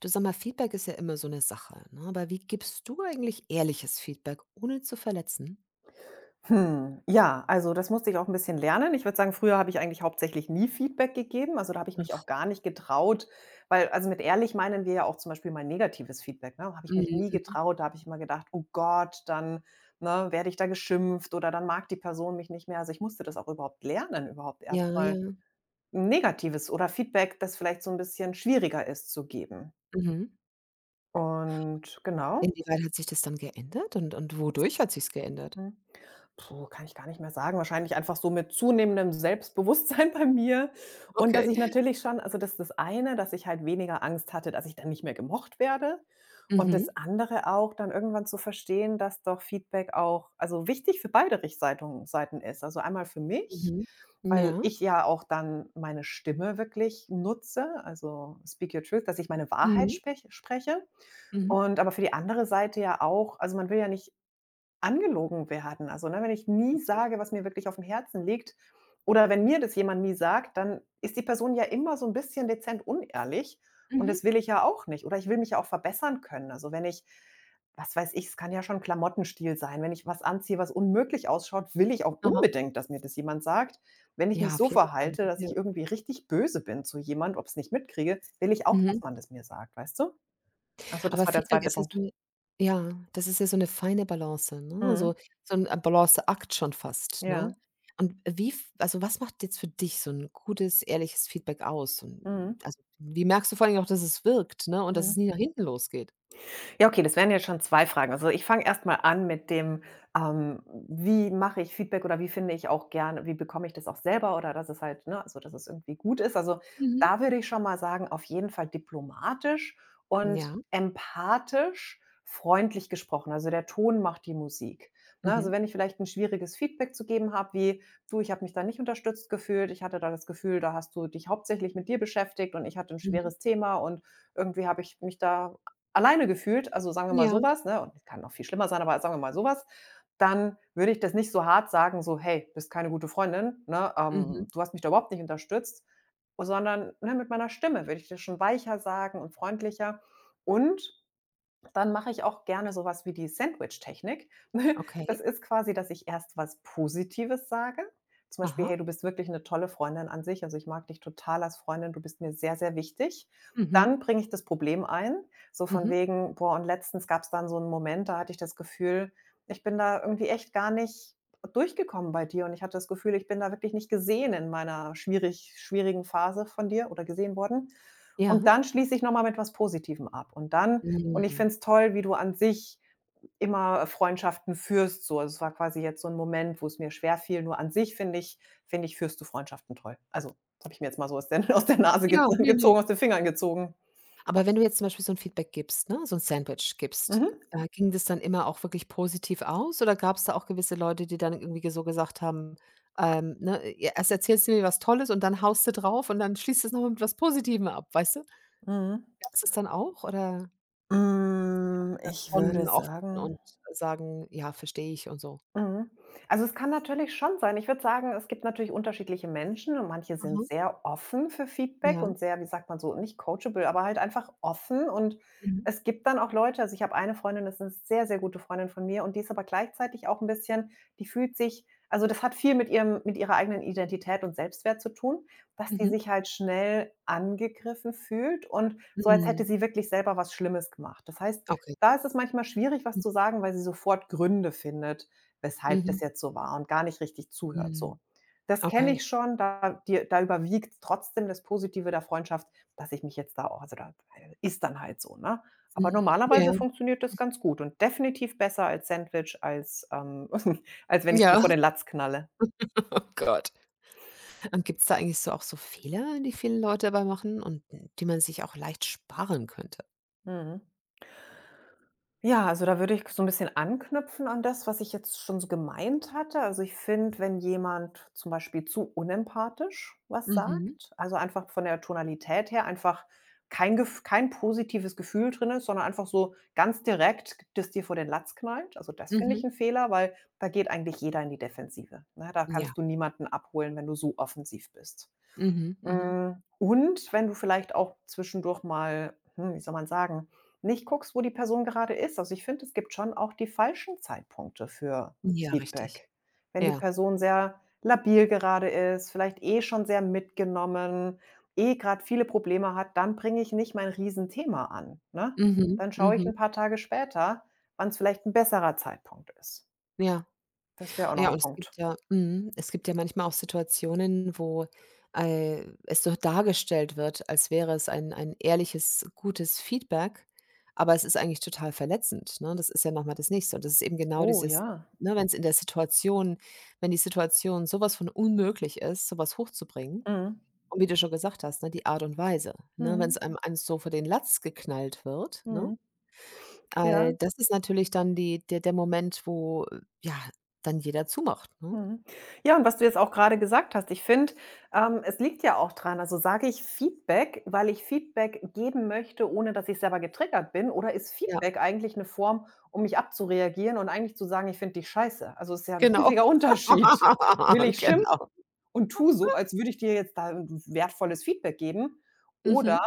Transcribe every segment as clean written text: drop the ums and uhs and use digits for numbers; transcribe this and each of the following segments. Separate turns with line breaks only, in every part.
Du, sag mal, Feedback ist ja immer so eine Sache, ne? Aber wie gibst du eigentlich ehrliches Feedback, ohne zu verletzen?
Ja, also das musste ich auch ein bisschen lernen. Ich würde sagen, früher habe ich eigentlich hauptsächlich nie Feedback gegeben. Also, da habe ich mich auch gar nicht getraut, weil also, mit ehrlich meinen wir ja auch zum Beispiel mal negatives Feedback, ne? Habe ich mich nie
Mhm.
getraut. Da habe ich immer gedacht: „Oh Gott, dann, ne, werde ich da geschimpft oder dann mag die Person mich nicht mehr.“ Also, ich musste das auch überhaupt lernen, überhaupt
Ja, ja.
erstmal negatives oder Feedback, das vielleicht so ein bisschen schwieriger ist zu geben.
Mhm.
Und genau.
Inwieweit hat sich das dann geändert, und wodurch hat sich's geändert?
Mhm. Puh, kann ich gar nicht mehr sagen. Wahrscheinlich einfach so mit zunehmendem Selbstbewusstsein bei mir und dass
Okay.
ich natürlich schon also, das ist das eine, dass ich halt weniger Angst hatte, dass ich dann nicht mehr gemocht werde, und
Mhm,
das andere auch, dann irgendwann zu verstehen, dass doch Feedback auch, also, wichtig für beide Rich Seiten ist. Also, einmal für mich,
mhm.
weil
Ja.
ich ja auch dann meine Stimme wirklich nutze, also, Speak Your Truth, dass ich meine Wahrheit
Mhm,
spreche,
mhm.
und aber für die andere Seite ja auch, also, man will ja nicht angelogen werden. Also, ne, wenn ich nie
Richtig.
sage, was mir wirklich auf dem Herzen liegt oder wenn mir das jemand nie sagt, dann ist die Person ja immer so ein bisschen dezent unehrlich und
Mhm.
das will ich ja auch nicht. Oder ich will mich ja auch verbessern können. Also, wenn ich, was weiß ich, es kann ja schon Klamottenstil sein. Wenn ich was anziehe, was unmöglich ausschaut, will ich auch
Aha.
unbedingt, dass mir das jemand sagt. Wenn ich mich
Ja, auf
so
jeden Fall, ne?
verhalte, dass
Ja.
ich irgendwie richtig böse bin zu jemand, ob es nicht mitkriege, will ich auch, dass
Mhm.
man das mir sagt, weißt du? Also, das
Aber
war der
Feedback
zweite
ist ja
Punkt.
so 'ne Ja, das ist ja so 'ne feine Balance, ne?
Mhm.
So 'n Balanceakt schon fast, ne?
Ja.
Und wie f also, was macht jetzt für dich so 'n gutes, ehrliches Feedback aus? Und
Mhm.
also, wie merkst du vor allen Dingen auch, dass es wirkt, ne, und dass es
Mhm.
nie nach hinten losgeht?
Ja, okay, das wären jetzt schon 2 Fragen. Also, ich fange erstmal an mit dem, ähm, wie mache ich Feedback oder wie finde ich auch gerne, wie bekomme ich das auch selber, oder dass es halt, ne, also, dass es irgendwie gut ist. Also,
Mhm.
da würde ich schon mal sagen, auf jeden Fall diplomatisch
Ja.
und empathisch freundlich gesprochen. Also, der Ton macht die Musik, ne? Also,
Mhm.
wenn ich vielleicht ein schwieriges Feedback zu geben habe, wie: „Du, ich habe mich da nicht unterstützt gefühlt. Ich hatte da das Gefühl, da hast du dich hauptsächlich mit dir beschäftigt und ich hatte ein
Mhm.
schweres Thema und irgendwie habe ich mich da alleine gefühlt“, also sagen wir mal
Ja.
so was, ne, und es kann noch viel schlimmer sein, aber sagen wir mal so was, dann würde ich das nicht so hart sagen, so: „Hey, bist keine gute Freundin, ne,
Mhm.
du hast mich da überhaupt nicht unterstützt“, sondern, ne, mit meiner Stimme würde ich das schon weicher sagen und freundlicher. Und dann mache ich auch gerne so was wie die Sandwich-Technik.
Okay.
Das ist quasi, dass ich erst was Positives sage. Zum Beispiel:
Aha.
„Hey, du bist wirklich eine tolle Freundin an sich. Also, ich mag dich total als Freundin. Du bist mir sehr, sehr wichtig.“
Mhm.
Dann bringe ich das Problem ein, so von
Mhm.
wegen: „Boah, und letztens gab es dann so einen Moment, da hatte ich das Gefühl, ich bin da irgendwie echt gar nicht durchgekommen bei dir, und ich hatte das Gefühl, ich bin da wirklich nicht gesehen in meiner schwierigen Phase von dir oder gesehen worden.“
Ja.
Und dann schließe ich noch mal mit was Positivem ab. Und dann und ich
Mhm.
finde es toll, wie du an sich immer Freundschaften führst so. Also, es war quasi jetzt so ein Moment, wo es mir schwer fiel, nur an sich finde ich, führst du Freundschaften toll. Also, das habe ich mir jetzt mal so aus der aus der Nase gez
Ja, ne, ne.
gezogen aus den Fingern gezogen.
Aber wenn du jetzt zum Beispiel so 'n Feedback gibst, ne, so 'n Sandwich gibst,
Mhm.
ging das dann immer auch wirklich positiv aus, oder gab's da auch gewisse Leute, die dann irgendwie ge so gesagt haben: „Ne, e erst erzählst du mir was Tolles und dann haust du drauf und dann schließt du es noch mit was Positivem ab“, weißt du?
Mhm.
Gab's das dann auch, oder die dann
Ich würde
schon offen
sagen,
und sagen: „Ja, verstehe ich“ und so?
Mhm. Also, es kann natürlich schon sein. Ich würde sagen, es gibt natürlich unterschiedliche Menschen und manche sind
Mhm.
sehr offen für Feedback
Ja.
und sehr, wie sagt man so, nicht coachable, aber halt einfach offen, und
Mhm.
es gibt dann auch Leute, also, ich habe eine Freundin, das ist 'ne sehr, sehr gute Freundin von mir, und die ist aber gleichzeitig auch ein bisschen, die fühlt sich, also, das hat viel mit ihrer eigenen Identität und Selbstwert zu tun, dass die
Mhm.
sich halt schnell angegriffen fühlt und so, als hätte
Mhm.
sie wirklich selber was Schlimmes gemacht. Das heißt,
Okay.
da ist es manchmal schwierig, was
Mhm.
zu sagen, weil sie sofort Gründe findet, weshalb
Mhm.
das jetzt so war, und gar nicht richtig zuhört
Mhm.
so. Das kenne
Okay.
ich schon, da die, da überwiegt trotzdem das Positive der Freundschaft, dass ich mich jetzt da auch, also, da ist dann halt so, ne? Aber
Mhm.
normalerweise
Ja.
funktioniert das ganz gut und definitiv besser als Sandwich, als, als wenn ich so
Ja.
vor den Latz knalle.
Oh Gott. Und gibt es da eigentlich so auch so Fehler, die viele Leute dabei machen und die man sich auch leicht sparen könnte?
Mhm. Ja, also da würde ich so ein bisschen anknüpfen an das, was ich jetzt schon so gemeint hatte. Also, ich finde, wenn jemand zum Beispiel zu unempathisch was
Mhm,
sagt, also einfach von der Tonalität her einfach kein positives Gefühl drin ist, sondern einfach so ganz direkt das dir vor den Latz knallt. Also, das finde ich
mhm.
'n Fehler, weil da geht eigentlich jeder in die Defensive, ne? Da
Ja.
kannst du niemanden abholen, wenn du so offensiv bist.
Mhm, mhm.
Und wenn du vielleicht auch zwischendurch mal, wie soll man sagen, nicht guckst, wo die Person gerade ist. Also, ich finde, es gibt schon auch die falschen Zeitpunkte für
Ja, richtig.
Feedback. Wenn die
Ja.
Person sehr labil gerade ist, vielleicht eh schon sehr mitgenommen, eh gerade viele Probleme hat, dann bringe ich nicht mein Riesenthema an, ne?
Mhm,
Dann schaue ich
mhm.
ein paar Tage später, wann es vielleicht ein besserer Zeitpunkt ist.
Ja.
Das wäre auch noch
Ja,
ein
und es
Punkt.
gibt ja es gibt ja manchmal auch Situationen, wo es so dargestellt wird, als wäre es ein ehrliches, gutes Feedback, aber es ist eigentlich total verletzend, ne? Das ist ja noch das Nächste. Und das ist eben genau
Oh
dieses,
ja.
ne, wenn es in der Situation wenn die Situation sowas von unmöglich ist, sowas hochzubringen,
Mhm.
und wie du schon gesagt hast, ne, die Art und Weise, ne? Wenn
Mhm.
es einem eins so vor den Latz geknallt wird, ne?
Mhm. Ja.
Das ist natürlich dann die der Moment, wo, ja, dann jeder zumacht, ne?
Mhm. Ja, und was du jetzt auch gerade gesagt hast, ich finde, es liegt ja auch dran. Also, sage ich Feedback, weil ich Feedback geben möchte, ohne dass ich selber getriggert bin? Oder ist
Ja,
Feedback eigentlich eine Form, um mich abzureagieren und eigentlich zu sagen: „Ich finde dich scheiße?“ Also, es ist ja ein
genau.
riesiger Unterschied. Will ich schimpfen
Genau.
und tu so, als würde ich dir jetzt da 'n wertvolles Feedback geben? Oder
Mhm.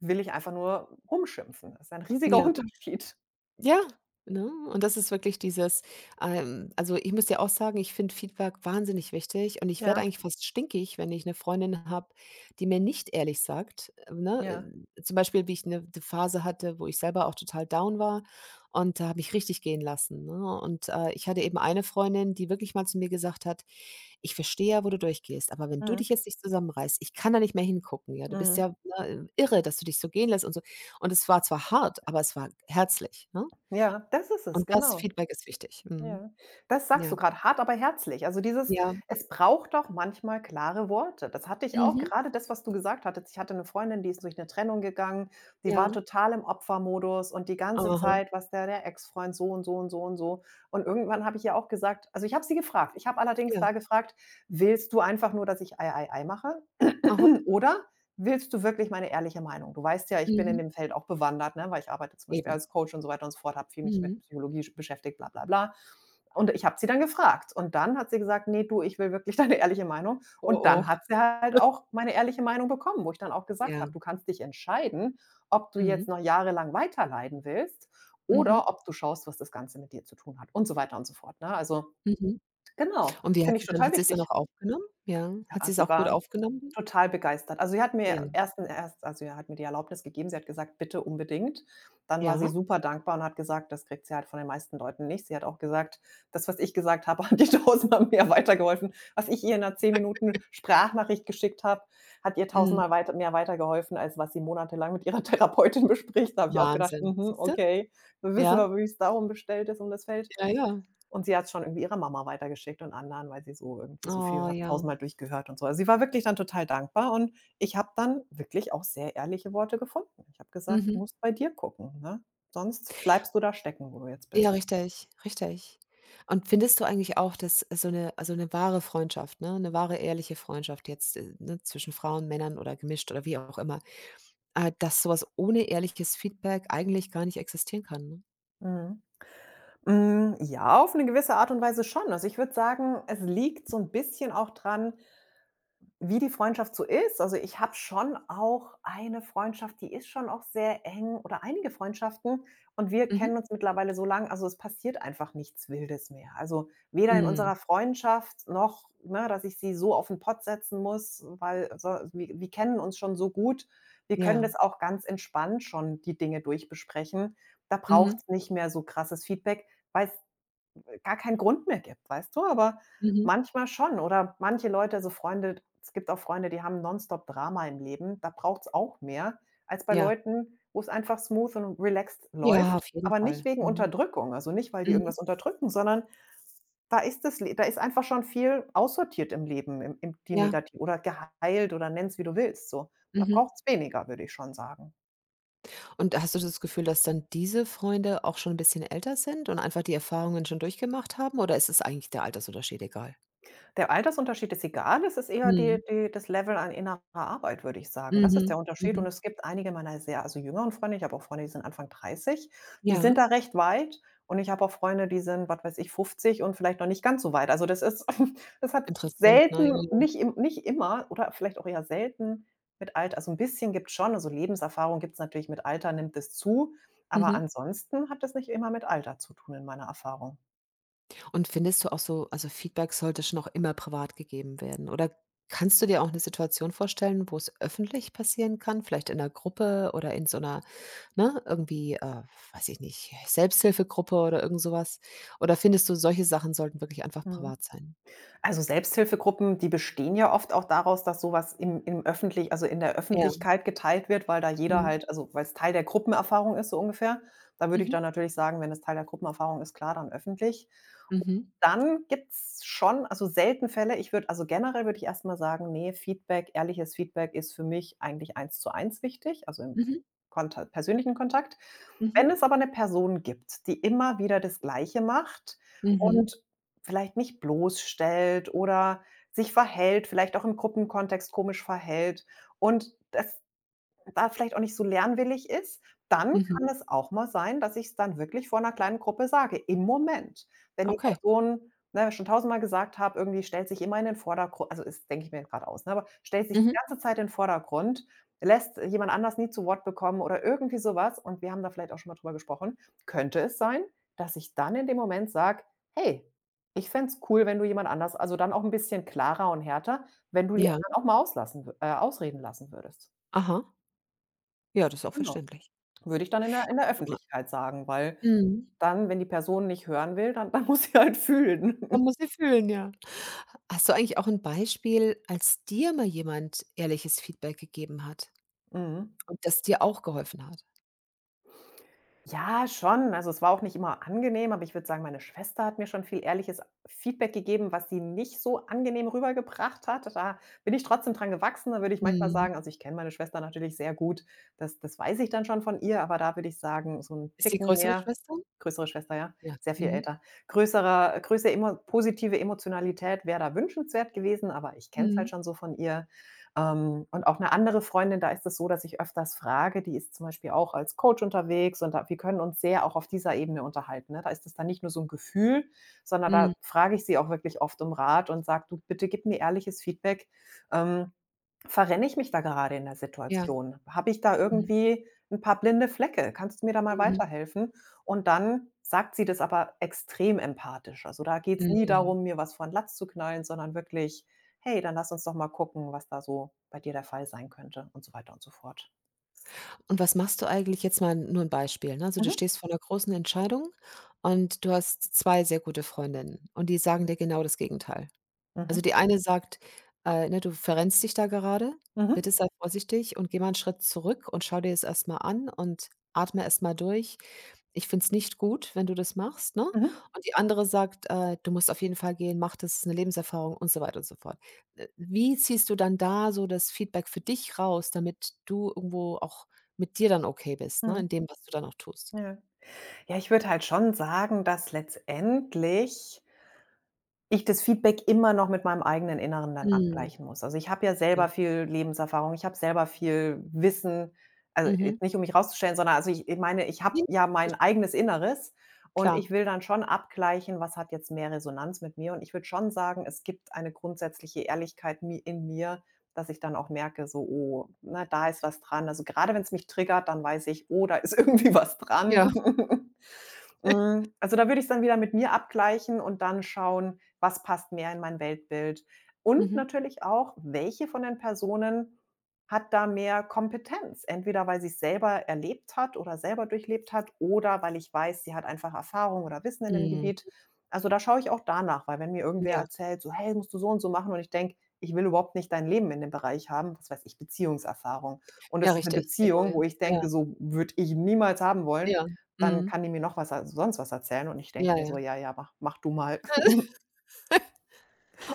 will ich einfach nur rumschimpfen? Das ist ein riesiger
Ja.
Unterschied.
Ja, ne? Und das ist wirklich dieses, also, ich muss dir auch sagen, ich finde Feedback wahnsinnig wichtig und ich werde
Ja,
eigentlich fast stinkig, wenn ich eine Freundin habe, die mir nicht ehrlich sagt, ne?
ja.
Zum Beispiel, wie ich eine Phase hatte, wo ich selber auch total down war und da habe ich richtig gehen lassen, ne? Und ich hatte eben eine Freundin, die wirklich mal zu mir gesagt hat: „Ich verstehe ja, wo du durchgehst, aber wenn du
Mhm,
dich jetzt nicht zusammenreißt, ich kann da nicht mehr hingucken, ja. Du bist
mhm.
ja, ne, irre, dass du dich so gehen lässt und so.“ Und es war zwar hart, aber es war herzlich, ne?
Ja, das ist es,
Und das
genau.
Feedback ist wichtig. Mhm.
Ja. Das sagst
Ja,
du gerade, hart, aber herzlich. Also, dieses:
ja,
„Es braucht doch manchmal klare Worte.“ Das hatte ich auch.
mhm,
Gerade das, was du gesagt hattest. Ich hatte eine Freundin, die ist durch eine Trennung gegangen, die
ja,
war total im Opfermodus und die ganze
aha,
Zeit, was der Ex-Freund so und so und so und so. Und irgendwann habe ich ihr auch gesagt, also, ich habe sie gefragt. Ich habe allerdings
ja,
da gefragt: „Willst du einfach nur, dass ich Ei, Ei, Ei mache?
aha,
Oder willst du wirklich meine ehrliche Meinung? Du weißt ja, ich bin in
mhm,
dem Feld auch bewandert, ne, weil ich arbeite zum Beispiel
eben.
als Coach und so weiter und so fort, habe viel mich mit
Mhm.
Psychologie beschäftigt, bla bla bla.“ Und ich habe sie dann gefragt. Und dann hat sie gesagt: „Nee, du, ich will wirklich deine ehrliche Meinung.“
Oh,
Und dann
oh,
hat sie halt auch meine ehrliche Meinung bekommen, wo ich dann auch gesagt
ja,
habe, du kannst dich entscheiden, ob du jetzt
mhm,
noch jahrelang weiterleiden willst
mhm,
oder ob du schaust, was das Ganze mit dir zu tun hat und so weiter und so fort. Ne? Also
mhm.
genau,
Und wie hat
finde ich
sie dann
total
hat sie's dann auch
wichtig.
aufgenommen? Ja, hat
Ja,
sie's
sie
auch gut
war
aufgenommen?
total begeistert. Also, sie hat
Ja,
mir erst also, ja, hat mir die Erlaubnis gegeben. Sie hat gesagt: „Bitte unbedingt.“ Dann war sie
ja,
super dankbar und hat gesagt, das kriegt sie halt von den meisten Leuten nicht. Sie hat auch gesagt, das, was ich gesagt habe, hat ihr tausendmal mehr weitergeholfen. Was ich ihr in 'ner 10 Minuten Sprachnachricht geschickt habe, hat ihr tausendmal
mhm,
weiter mehr weitergeholfen, als was sie monatelang mit ihrer Therapeutin bespricht. Da habe ich auch gedacht:
Wahnsinn,
„Mhm,
siehst du?
okay, dann wissen
Ja,
wir, wie es darum bestellt ist, um das Feld.“
ja, ja.
Und sie hat's schon irgendwie ihrer Mama weitergeschickt und anderen, weil sie so irgendwie so viel
Oh,
hat
ja,
tausendmal durchgehört und so. Also, sie war wirklich dann total dankbar, und ich habe dann wirklich auch sehr ehrliche Worte gefunden. Ich habe gesagt: „Du
mhm.
musst bei dir gucken, ne? Sonst bleibst du da stecken, wo du jetzt
Ja,
bist.“
richtig, richtig. Und findest du eigentlich auch, dass also 'ne wahre Freundschaft, ne, 'ne wahre ehrliche Freundschaft jetzt, ne, zwischen Frauen, Männern oder gemischt oder wie auch immer, äh, dass sowas ohne ehrliches Feedback eigentlich gar nicht existieren kann, ne?
Mhm. Ja, auf eine gewisse Art und Weise schon. Also, ich würde sagen, es liegt so ein bisschen auch dran, wie die Freundschaft so ist. Also, ich habe schon auch eine Freundschaft, die ist schon auch sehr eng, oder einige Freundschaften, und wir kennen
Mhm.
uns mittlerweile so lang, also, es passiert einfach nichts Wildes mehr. Also, weder in
Mhm.
unserer Freundschaft noch, ne, dass ich sie so auf den Pott setzen muss, weil so wir kennen uns schon so gut. Wir können
Ja.
das auch ganz entspannt schon die Dinge durchbesprechen. Da braucht
Mhm.
es nicht mehr so krasses Feedback, weil gar keinen Grund mehr gibt, weißt du? Aber
Mhm.
manchmal schon oder manche Leute, also Freunde, es gibt auch Freunde, die haben nonstop Drama im Leben. Da braucht es auch mehr als bei
Ja.
Leuten, wo es einfach smooth und relaxed
Ja,
läuft,
auf jeden
aber nicht
Fall.
wegen
Mhm.
Unterdrückung, also nicht, weil die
Mhm.
irgendwas unterdrücken, sondern da ist einfach schon viel aussortiert im Leben, im die
Ja.
negati oder geheilt oder nenn's, wie du willst, so. Da
Mhm.
braucht's weniger, würde ich schon sagen.
Und hast du das Gefühl, dass dann diese Freunde auch schon 'n bisschen älter sind und einfach die Erfahrungen schon durchgemacht haben, oder ist es eigentlich der Altersunterschied egal?
Der Altersunterschied ist egal, es ist eher die
Mhm.
die das Level an innerer Arbeit, würde ich sagen. Das ist der
Mhm.
Unterschied und
Mhm.
es gibt einige meiner sehr, also, jüngeren Freunde, ich habe auch Freunde, die sind Anfang 30, die
Ja,
sind da recht weit und ich habe auch Freunde, die sind, was weiß ich, 50 und vielleicht noch nicht ganz so weit. Also, das ist das hat
interessant, ne?
selten
Ja.
nicht immer oder vielleicht auch eher selten mit Alter, also, ein bisschen gibt es schon, also, Lebenserfahrung gibt es natürlich, mit Alter nimmt es zu, aber
Mhm.
ansonsten hat es nicht immer mit Alter zu tun in meiner Erfahrung.
Und findest du auch, also Feedback sollte schon auch immer privat gegeben werden, oder kannst du dir auch eine Situation vorstellen, wo es öffentlich passieren kann, vielleicht in einer Gruppe oder in so einer, ne, irgendwie, weiß ich nicht, Selbsthilfegruppe oder irgend sowas? Oder findest du, solche Sachen sollten wirklich einfach
Mhm.
privat sein?
Also Selbsthilfegruppen, die bestehen ja oft auch daraus, dass sowas im im öffentlich also in der
Ja.
Öffentlichkeit, geteilt wird, weil da jeder
Mhm.
halt, also weil es Teil der Gruppenerfahrung ist, so ungefähr. Da würde ich dann
Mhm.
natürlich sagen, wenn es Teil der Gruppenerfahrung ist, klar, dann öffentlich.
Mhm.
Dann gibt's schon, also selten Fälle, ich würde also generell würde ich erst mal sagen, nee, Feedback, ehrliches Feedback ist für mich eigentlich eins zu eins wichtig, also im
Mhm.
Konta persönlichen Kontakt.
Mhm.
Wenn es aber eine Person gibt, die immer wieder das Gleiche macht
Mhm.
und vielleicht mich bloßstellt oder sich verhält, vielleicht auch im Gruppenkontext komisch verhält und das da vielleicht auch nicht so lernwillig ist, dann
Mhm.
kann es auch mal sein, dass ich es dann wirklich vor einer kleinen Gruppe sage, im Moment. Wenn die
Okay.
Person, ne, schon tausendmal gesagt habe, irgendwie stellt sich immer in den Vordergrund, also, ist denke ich mir gerade aus, ne, aber stellt sich die
Mhm.
ganze Zeit in den Vordergrund, lässt jemand anders nie zu Wort bekommen oder irgendwie sowas, und wir haben da vielleicht auch schon mal drüber gesprochen, könnte es sein, dass ich dann in dem Moment sage: „Hey, ich fände es cool, wenn du jemand anders“, also, dann auch ein bisschen klarer und härter, „wenn du die
Ja.
anderen auch mal auslassen wü ausreden lassen würdest.“
Aha. Ja, das ist auch verständlich.
Würde ich dann in der
Also.
Öffentlichkeit sagen, weil
Mhm.
dann, wenn die Person nicht hören will, dann dann muss sie halt fühlen.
Man muss sie fühlen, ja. Hast du eigentlich auch ein Beispiel, als dir mal jemand ehrliches Feedback gegeben hat
Mhm.
und das dir auch geholfen hat?
Ja, schon. Also, es war auch nicht immer angenehm, aber ich würde sagen, meine Schwester hat mir schon viel ehrliches Feedback gegeben, was sie nicht so angenehm rübergebracht hat. Da bin ich trotzdem dran gewachsen. Da würde ich manchmal
Mhm.
sagen, also, ich kenne meine Schwester natürlich sehr gut. Das weiß ich dann schon von ihr, aber da würde ich sagen, so ein
Ist die
Ticken
größere
mehr,
Schwester?
größere Schwester, ja,
Ja.
sehr viel
Mhm.
älter. Größere, größere emo positive Emotionalität wäre da wünschenswert gewesen, aber ich kenne es halt
Mhm.
schon so von ihr. Und auch eine andere Freundin, da ist es so, dass ich öfters frage, die ist zum Beispiel auch als Coach unterwegs und da, wir können uns sehr auch auf dieser Ebene unterhalten, ne? Da ist es dann nicht nur so ein Gefühl, sondern da
Mhm.
frage ich sie auch wirklich oft um Rat und sage: „Du, bitte gib mir ehrliches Feedback, ähm, verrenne ich mich da gerade in der
Ja.
Situation? Habe ich da
Mhm.
irgendwie ein paar blinde Flecke? Kannst du mir da mal
Mhm.
weiterhelfen? Und dann sagt sie das aber extrem empathisch. Also, da geht es nie
Mhm.
darum, mir was vor den Latz zu knallen, sondern wirklich: „Hey, dann lass uns doch mal gucken, was da so bei dir der Fall sein könnte“ und so weiter und so fort.
Und was machst du eigentlich jetzt mal nur ein Beispiel, ne? Also, du
Mhm,
stehst vor einer großen Entscheidung und du hast 2 sehr gute Freundinnen und die sagen dir genau das Gegenteil.
mhm,
Also, die eine sagt, ne: „Du verrennst dich da gerade.
mhm,
Bitte sei vorsichtig und geh mal 'n Schritt zurück und schau dir das erstmal an und atme erstmal durch. Ich finde es nicht gut, wenn du das machst“, ne?
mhm,
Und die andere sagt, „Du musst auf jeden Fall gehen, mach das, ist 'ne Lebenserfahrung“ und so weiter und so fort. Wie ziehst du dann da so das Feedback für dich raus, damit du irgendwo auch mit dir dann okay bist, ne,
mhm,
in dem, was du dann auch tust?
ja. Ja, ich würde halt schon sagen, dass letztendlich ich das Feedback immer noch mit meinem eigenen Inneren dann
Mhm.
abgleichen muss. Also, ich habe ja
Ja.
selber viel Lebenserfahrung, ich habe selber viel Wissen, also,
Mhm.
jetzt nicht, um mich rauszustellen, sondern, also, ich meine, ich habe
Ne,
ja mein eigenes Inneres und
klar.
ich will dann schon abgleichen, was hat jetzt mehr Resonanz mit mir, und ich würde schon sagen, es gibt eine grundsätzliche Ehrlichkeit mi in mir, dass ich dann auch merke, so: „Oh, ne, da ist was dran.“ Also, grade wenn's mich triggert, dann weiß ich: „Oh, da ist irgendwie was dran.“
Ja.
Hm, also, da würde ich's dann wieder mit mir abgleichen und dann schauen, was passt mehr in mein Weltbild und
Mhm.
natürlich auch, welche von den Personen hat da mehr Kompetenz, entweder weil sie es selber erlebt hat oder selber durchlebt hat oder weil ich weiß, sie hat einfach Erfahrung oder Wissen in dem
Mhm.
Gebiet. Also da schaue ich auch danach, weil wenn mir irgendwer
Ja.
erzählt, so hey, musst du so und so machen und ich denke, ich will überhaupt nicht dein Leben in dem Bereich haben, was weiß ich, Beziehungserfahrung. Und
Ja,
es ist eine
richtig, genau,
Beziehung,
ja.
wo ich
Ja,
denke, so würde ich niemals haben wollen,
ja,
dann
mhm.
kann die mir noch was sonst was erzählen und ich denke
Ja,
mir
ja.
so, ja, ja, mach, mach du mal.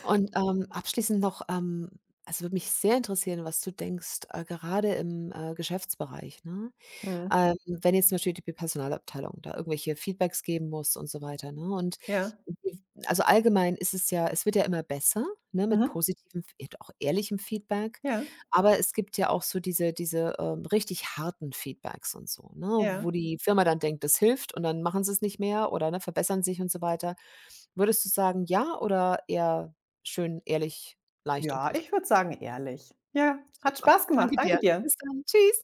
Und abschließend noch, also, würde mich sehr interessieren, was du denkst, gerade im, Geschäftsbereich, ne?
Mhm.
Wenn jetzt zum Beispiel die Personalabteilung da irgendwelche Feedbacks geben muss und so weiter, ne? Und
Ja.
die also allgemein ist es ja, es wird ja immer besser, ne, mit
Mhm.
positivem, f auch ehrlichem Feedback.
Ja,
Aber es gibt ja auch so diese, richtig harten Feedbacks und so, ne, wo
ja.
die Firma dann denkt, das hilft und dann machen sie es nicht mehr oder, ne, verbessern sich und so weiter. Würdest du sagen, ja, oder eher schön, ehrlich, leicht und
Ja, ich
positiv?
würde sagen ehrlich. Ja, hat
Super.
Spaß gemacht.
Danke
Danke
dir.
dir.
Bis dann. Tschüss.